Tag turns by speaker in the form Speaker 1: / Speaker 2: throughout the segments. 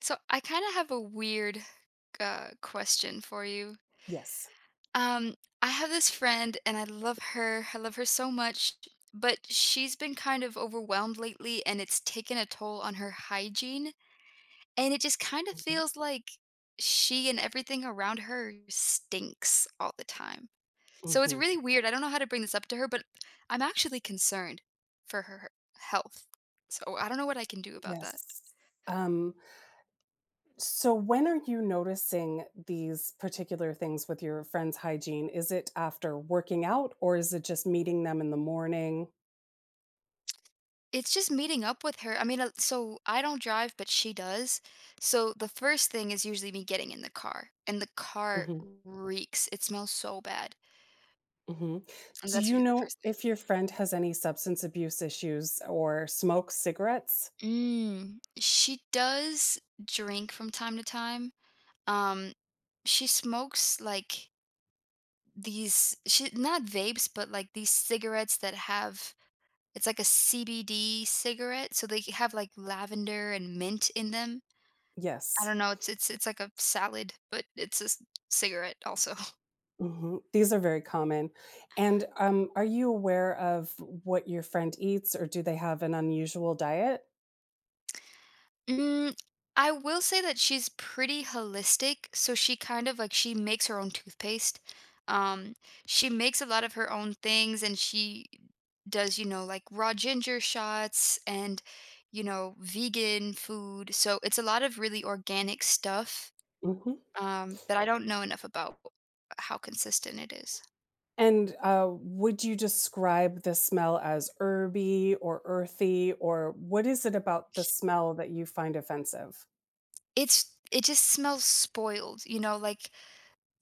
Speaker 1: So I kind of have a weird question for you.
Speaker 2: Yes.
Speaker 1: Um, I have this friend, and I love her. I love her so much, but she's been kind of overwhelmed lately, and it's taken a toll on her hygiene. And it just kind of
Speaker 2: Mhm,
Speaker 1: feels like she and everything around her stinks all the time. So it's
Speaker 2: mhm.
Speaker 1: really weird. I don't know how to bring this up to her, but I'm actually concerned for her health. So I don't know what I can do about that.
Speaker 2: Yes. Um, so when are you noticing these particular things with your friend's hygiene? Is it after working out or is it just meeting them in the morning?
Speaker 1: It's just meeting up with her. I mean, so I don't drive, but she does. So the first thing is usually me getting in the car, and the car
Speaker 2: Mhm,
Speaker 1: reeks. It smells so bad.
Speaker 2: mhm.
Speaker 1: And
Speaker 2: Do
Speaker 1: that's
Speaker 2: you
Speaker 1: usually the
Speaker 2: know
Speaker 1: first thing.
Speaker 2: if your friend has any substance abuse issues or smokes cigarettes?
Speaker 1: Mm. She does drink from time to time. Um, she smokes like these, she not vapes, but like these cigarettes that have, it's like a CBD cigarette. So they have like lavender and mint in them. I
Speaker 2: Yes.
Speaker 1: don't know. It's like a salad, but it's a cigarette also.
Speaker 2: Mhm. These are very common. And, are you aware of what your friend eats, or do they have an unusual diet?
Speaker 1: Mm, I will say that she's pretty holistic, so she kind of like she makes her own toothpaste. Um, she makes a lot of her own things, and she does, you know, like raw ginger shots and, you know, vegan food. So it's a lot of really organic stuff
Speaker 2: Mhm.
Speaker 1: that I don't know enough about how consistent it is.
Speaker 2: And, would you describe the smell as herby or earthy, or what is it about the smell that you find offensive?
Speaker 1: It's it just smells spoiled, you know. Like,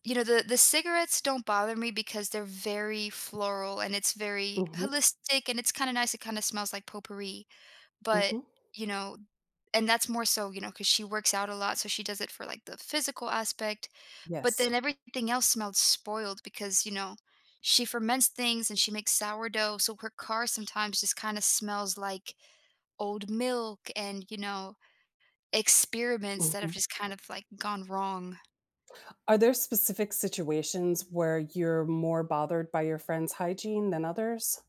Speaker 1: you know, the cigarettes don't bother me because they're very floral and it's very
Speaker 2: Mhm,
Speaker 1: holistic and it's kinda nice, it kinda smells like potpourri, but,
Speaker 2: mhm,
Speaker 1: you know, and that's more so, you know, because she works out a lot, so she does it for, like, the physical aspect, but
Speaker 2: yes,
Speaker 1: then everything else smelled spoiled because, you know, she ferments things and she makes sourdough, so her car sometimes just kinda smells like old milk and, you know, experiments that
Speaker 2: mhm.
Speaker 1: have just kind of, like, gone wrong.
Speaker 2: Are there specific situations where you're more bothered by your friend's hygiene than others?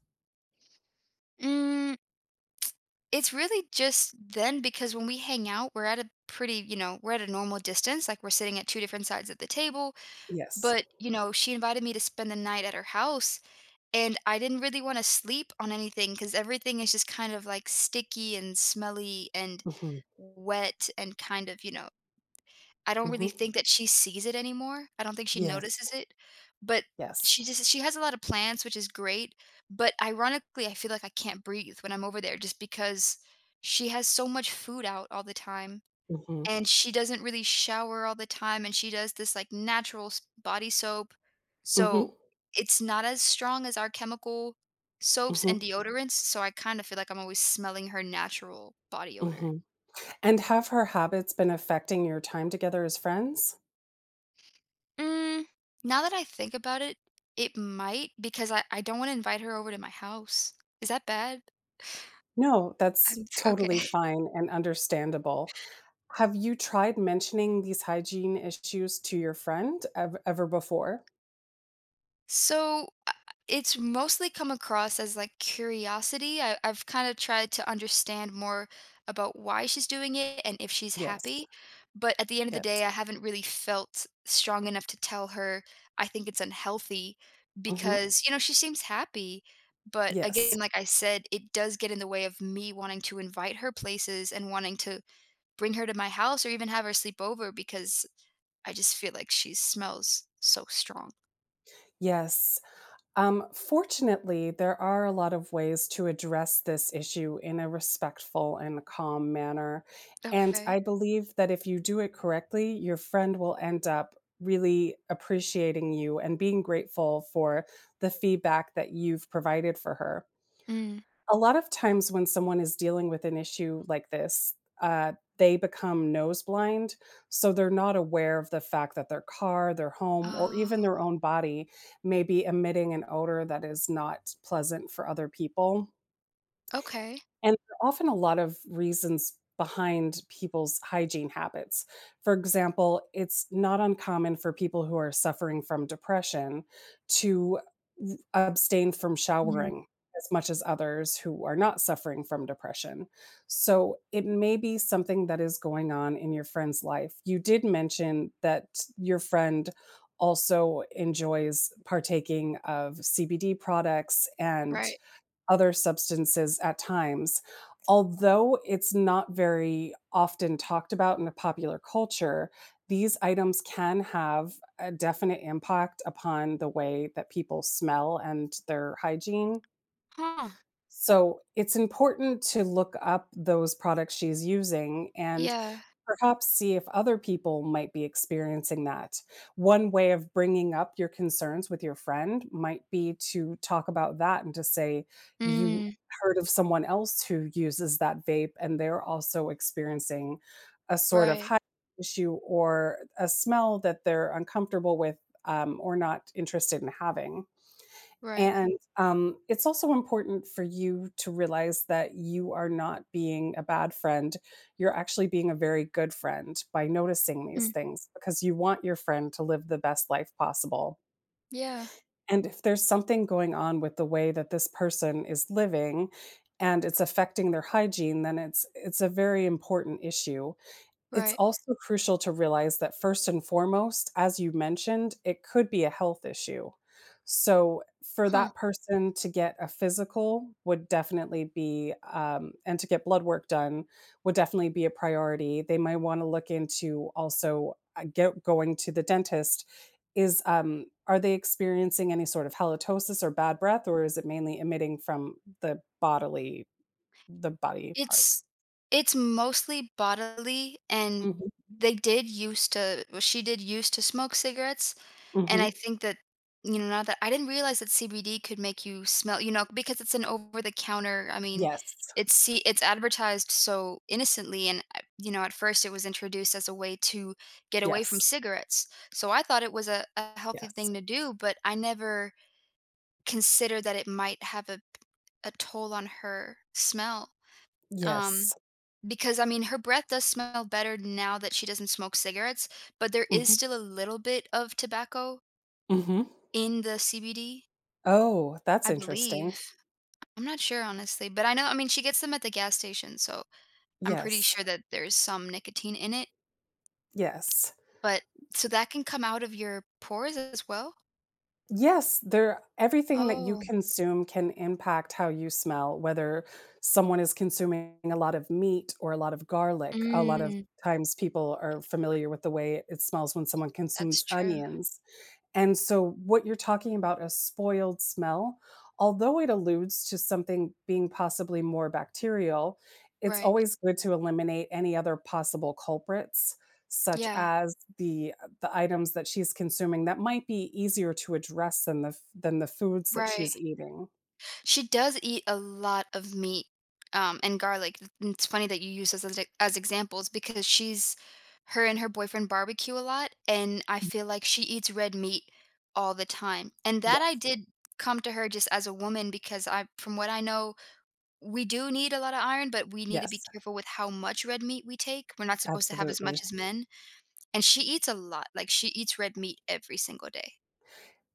Speaker 1: Mm. It's really just then because when we hang out, we're at a pretty, you know, we're at a normal distance. Like, we're sitting at two different sides of the table.
Speaker 2: Yes.
Speaker 1: But, you know, she invited me to spend the night at her house. And I didn't really want to sleep on anything because everything is just kind of like sticky and smelly and
Speaker 2: Mhm,
Speaker 1: wet and kind of, I don't really
Speaker 2: mhm.
Speaker 1: think that she sees it anymore. I don't think she
Speaker 2: Yes,
Speaker 1: notices it, but
Speaker 2: yes.
Speaker 1: she just she has a lot of plants, which is great, but ironically, I feel like I can't breathe when I'm over there just because she has so much food out all the time,
Speaker 2: Mhm,
Speaker 1: and she doesn't really shower all the time, and she does this, like, natural s body soap,
Speaker 2: mhm,
Speaker 1: so it's not as strong as our chemical soaps and
Speaker 2: mhm,
Speaker 1: deodorants, so I kinda feel like I'm always smelling her natural body odor.
Speaker 2: mhm. And have her habits been affecting your time together as friends?
Speaker 1: Mm, now that I think about it, it might, because I don't want to invite her over to my house. Is that bad?
Speaker 2: No, that's
Speaker 1: Okay.
Speaker 2: totally fine and understandable. Have you tried mentioning these hygiene issues to your friend ev ever before?
Speaker 1: So it's mostly come across as like curiosity. I've kind of tried to understand more about why she's doing it and if she's
Speaker 2: Yes,
Speaker 1: happy. But at the end of the
Speaker 2: yes.
Speaker 1: day, I haven't really felt strong enough to tell her I think it's unhealthy
Speaker 2: Mhm.
Speaker 1: because, you know, she seems happy. But
Speaker 2: Yes,
Speaker 1: again, like I said, it does get in the way of me wanting to invite her places and wanting to bring her to my house or even have her sleep over because I just feel like she smells so strong.
Speaker 2: yes. Fortunately, there are a lot of ways to address this issue in a respectful and calm manner, and
Speaker 1: Okay.
Speaker 2: I believe that if you do it correctly, your friend will end up really appreciating you and being grateful for the feedback that you've provided for her. A lot of times when someone is dealing with an issue like this, uh, they become nose blind, so they're not aware of the fact that their car, their home, or even
Speaker 1: Oh,
Speaker 2: their own body may be emitting an odor that is not pleasant for other people.
Speaker 1: okay.
Speaker 2: And there are often a lot of reasons behind people's hygiene habits. For example, it's not uncommon for people who are suffering from depression to abstain from
Speaker 1: Mhm.
Speaker 2: showering as much as others who are not suffering from depression. So it may be something that is going on in your friend's life. You did mention that your friend also enjoys partaking of CBD products and
Speaker 1: Right.
Speaker 2: other substances at times. Although it's not very often talked about in the popular culture, these items can have a definite impact upon the way that people smell and their hygiene.
Speaker 1: Huh.
Speaker 2: So it's important to look up those products she's using and
Speaker 1: Yeah.
Speaker 2: perhaps see if other people might be experiencing that. One way of bringing up your concerns with your friend might be to talk about that and to say, you
Speaker 1: Mm,
Speaker 2: heard of someone else who uses that vape, and they're also experiencing a sort of
Speaker 1: right.
Speaker 2: high issue or a smell that they're uncomfortable with or not interested in having.
Speaker 1: Right.
Speaker 2: And, it's also important for you to realize that you are not being a bad friend. You're actually being a very good friend by noticing these
Speaker 1: Hmm.
Speaker 2: things because you want your friend to live the best life possible.
Speaker 1: Yeah.
Speaker 2: And if there's something going on with the way that this person is living and it's affecting their hygiene, then it's a very important issue. It's
Speaker 1: Right.
Speaker 2: also crucial to realize that first and foremost, as you mentioned, it could be a health issue. So, for
Speaker 1: Huh.
Speaker 2: that person to get a physical would definitely be, and to get blood work done would definitely be a priority. They might want to look into also get going to the dentist. Is are they experiencing any sort of halitosis or bad breath, or is it mainly emitting from the bodily the body
Speaker 1: It's
Speaker 2: parts?
Speaker 1: it's mostly bodily, and
Speaker 2: Mhm,
Speaker 1: they did used to, well, she did used to smoke cigarettes, and
Speaker 2: mhm.
Speaker 1: I think that, you know, now that, I didn't realize that CBD could make you smell, you know, because it's an over the counter, I mean,
Speaker 2: Yes,
Speaker 1: it's, see, it's advertised so innocently, and, I, you know, at first, it was introduced as a way to get away from
Speaker 2: yes.
Speaker 1: cigarettes, so I thought it was a healthy
Speaker 2: Yes.
Speaker 1: thing to do, but I never considered that it might have a toll on her smell, um
Speaker 2: Yes.
Speaker 1: because, I mean, her breath does smell better now that she doesn't smoke cigarettes, but there is
Speaker 2: Mhm.
Speaker 1: still a little bit of tobacco
Speaker 2: Mhm.
Speaker 1: in the CBD,
Speaker 2: Oh, that's
Speaker 1: I believe.
Speaker 2: interesting.
Speaker 1: I'm not sure, honestly, but I know, I mean, she gets them at the gas station, so I'm pretty
Speaker 2: Yes.
Speaker 1: sure that there's some nicotine in it,
Speaker 2: Yes.
Speaker 1: but so that can come out of your pores as well?
Speaker 2: Yes, there everything that you
Speaker 1: Oh.
Speaker 2: consume can impact how you smell, whether someone is consuming a lot of meat or a lot of garlic. A lot of
Speaker 1: Mm,
Speaker 2: times people are familiar with the way it smells when someone
Speaker 1: that's
Speaker 2: consumes
Speaker 1: true.
Speaker 2: onions. And so what you're talking about, a spoiled smell, although it alludes to something being possibly more bacterial, it's
Speaker 1: Right.
Speaker 2: always good to eliminate any other possible culprits, such
Speaker 1: Yeah.
Speaker 2: as the items that she's consuming that might be easier to address than the f than the foods that
Speaker 1: Right.
Speaker 2: she's eating.
Speaker 1: She does eat a lot of meat, and garlic. And it's funny that you use this as e as examples because she's her and her boyfriend barbecue a lot, and I feel like she eats red meat all the time, and
Speaker 2: Yeah,
Speaker 1: that I did come to her just as a woman because I, from what I know, we do need a lot of iron, but we need to be
Speaker 2: yes,
Speaker 1: careful with how much red meat we take. We're not supposed to have as much
Speaker 2: absolutely.
Speaker 1: as men, and she eats a lot, like, she eats red meat every single day.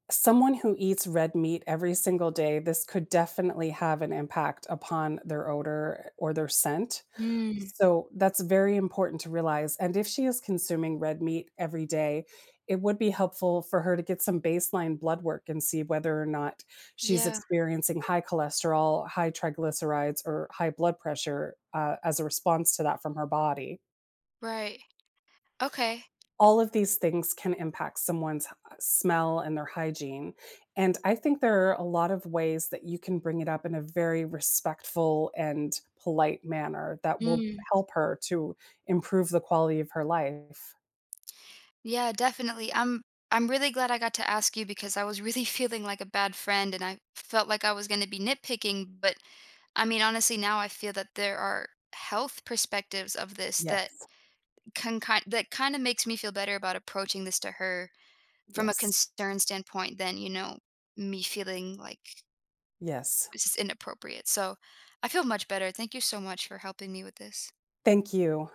Speaker 2: Someone who eats red meat every single day, this could definitely have an impact upon their odor or their scent.
Speaker 1: Mm.
Speaker 2: So that's very important to realize. And if she is consuming red meat every day, it would be helpful for her to get some baseline blood work and see whether or not she's
Speaker 1: Yeah,
Speaker 2: experiencing high cholesterol, high triglycerides, or high blood pressure as a response to that from her body.
Speaker 1: right. Okay.
Speaker 2: All of these things can impact someone's smell and their hygiene. And I think there are a lot of ways that you can bring it up in a very respectful and polite manner that will
Speaker 1: Mm.
Speaker 2: help her to improve the quality of her life.
Speaker 1: Yeah, definitely. I'm really glad I got to ask you because I was really feeling like a bad friend and I felt like I was going to be nitpicking, but I mean honestly now I feel that there are health perspectives of this
Speaker 2: Yes,
Speaker 1: that can kind that kind of makes me feel better about approaching this to her from a
Speaker 2: yes,
Speaker 1: concern standpoint than, you know, me feeling like
Speaker 2: yes.
Speaker 1: this is inappropriate. So, I feel much better. Thank you so much for helping me with this.
Speaker 2: Thank you.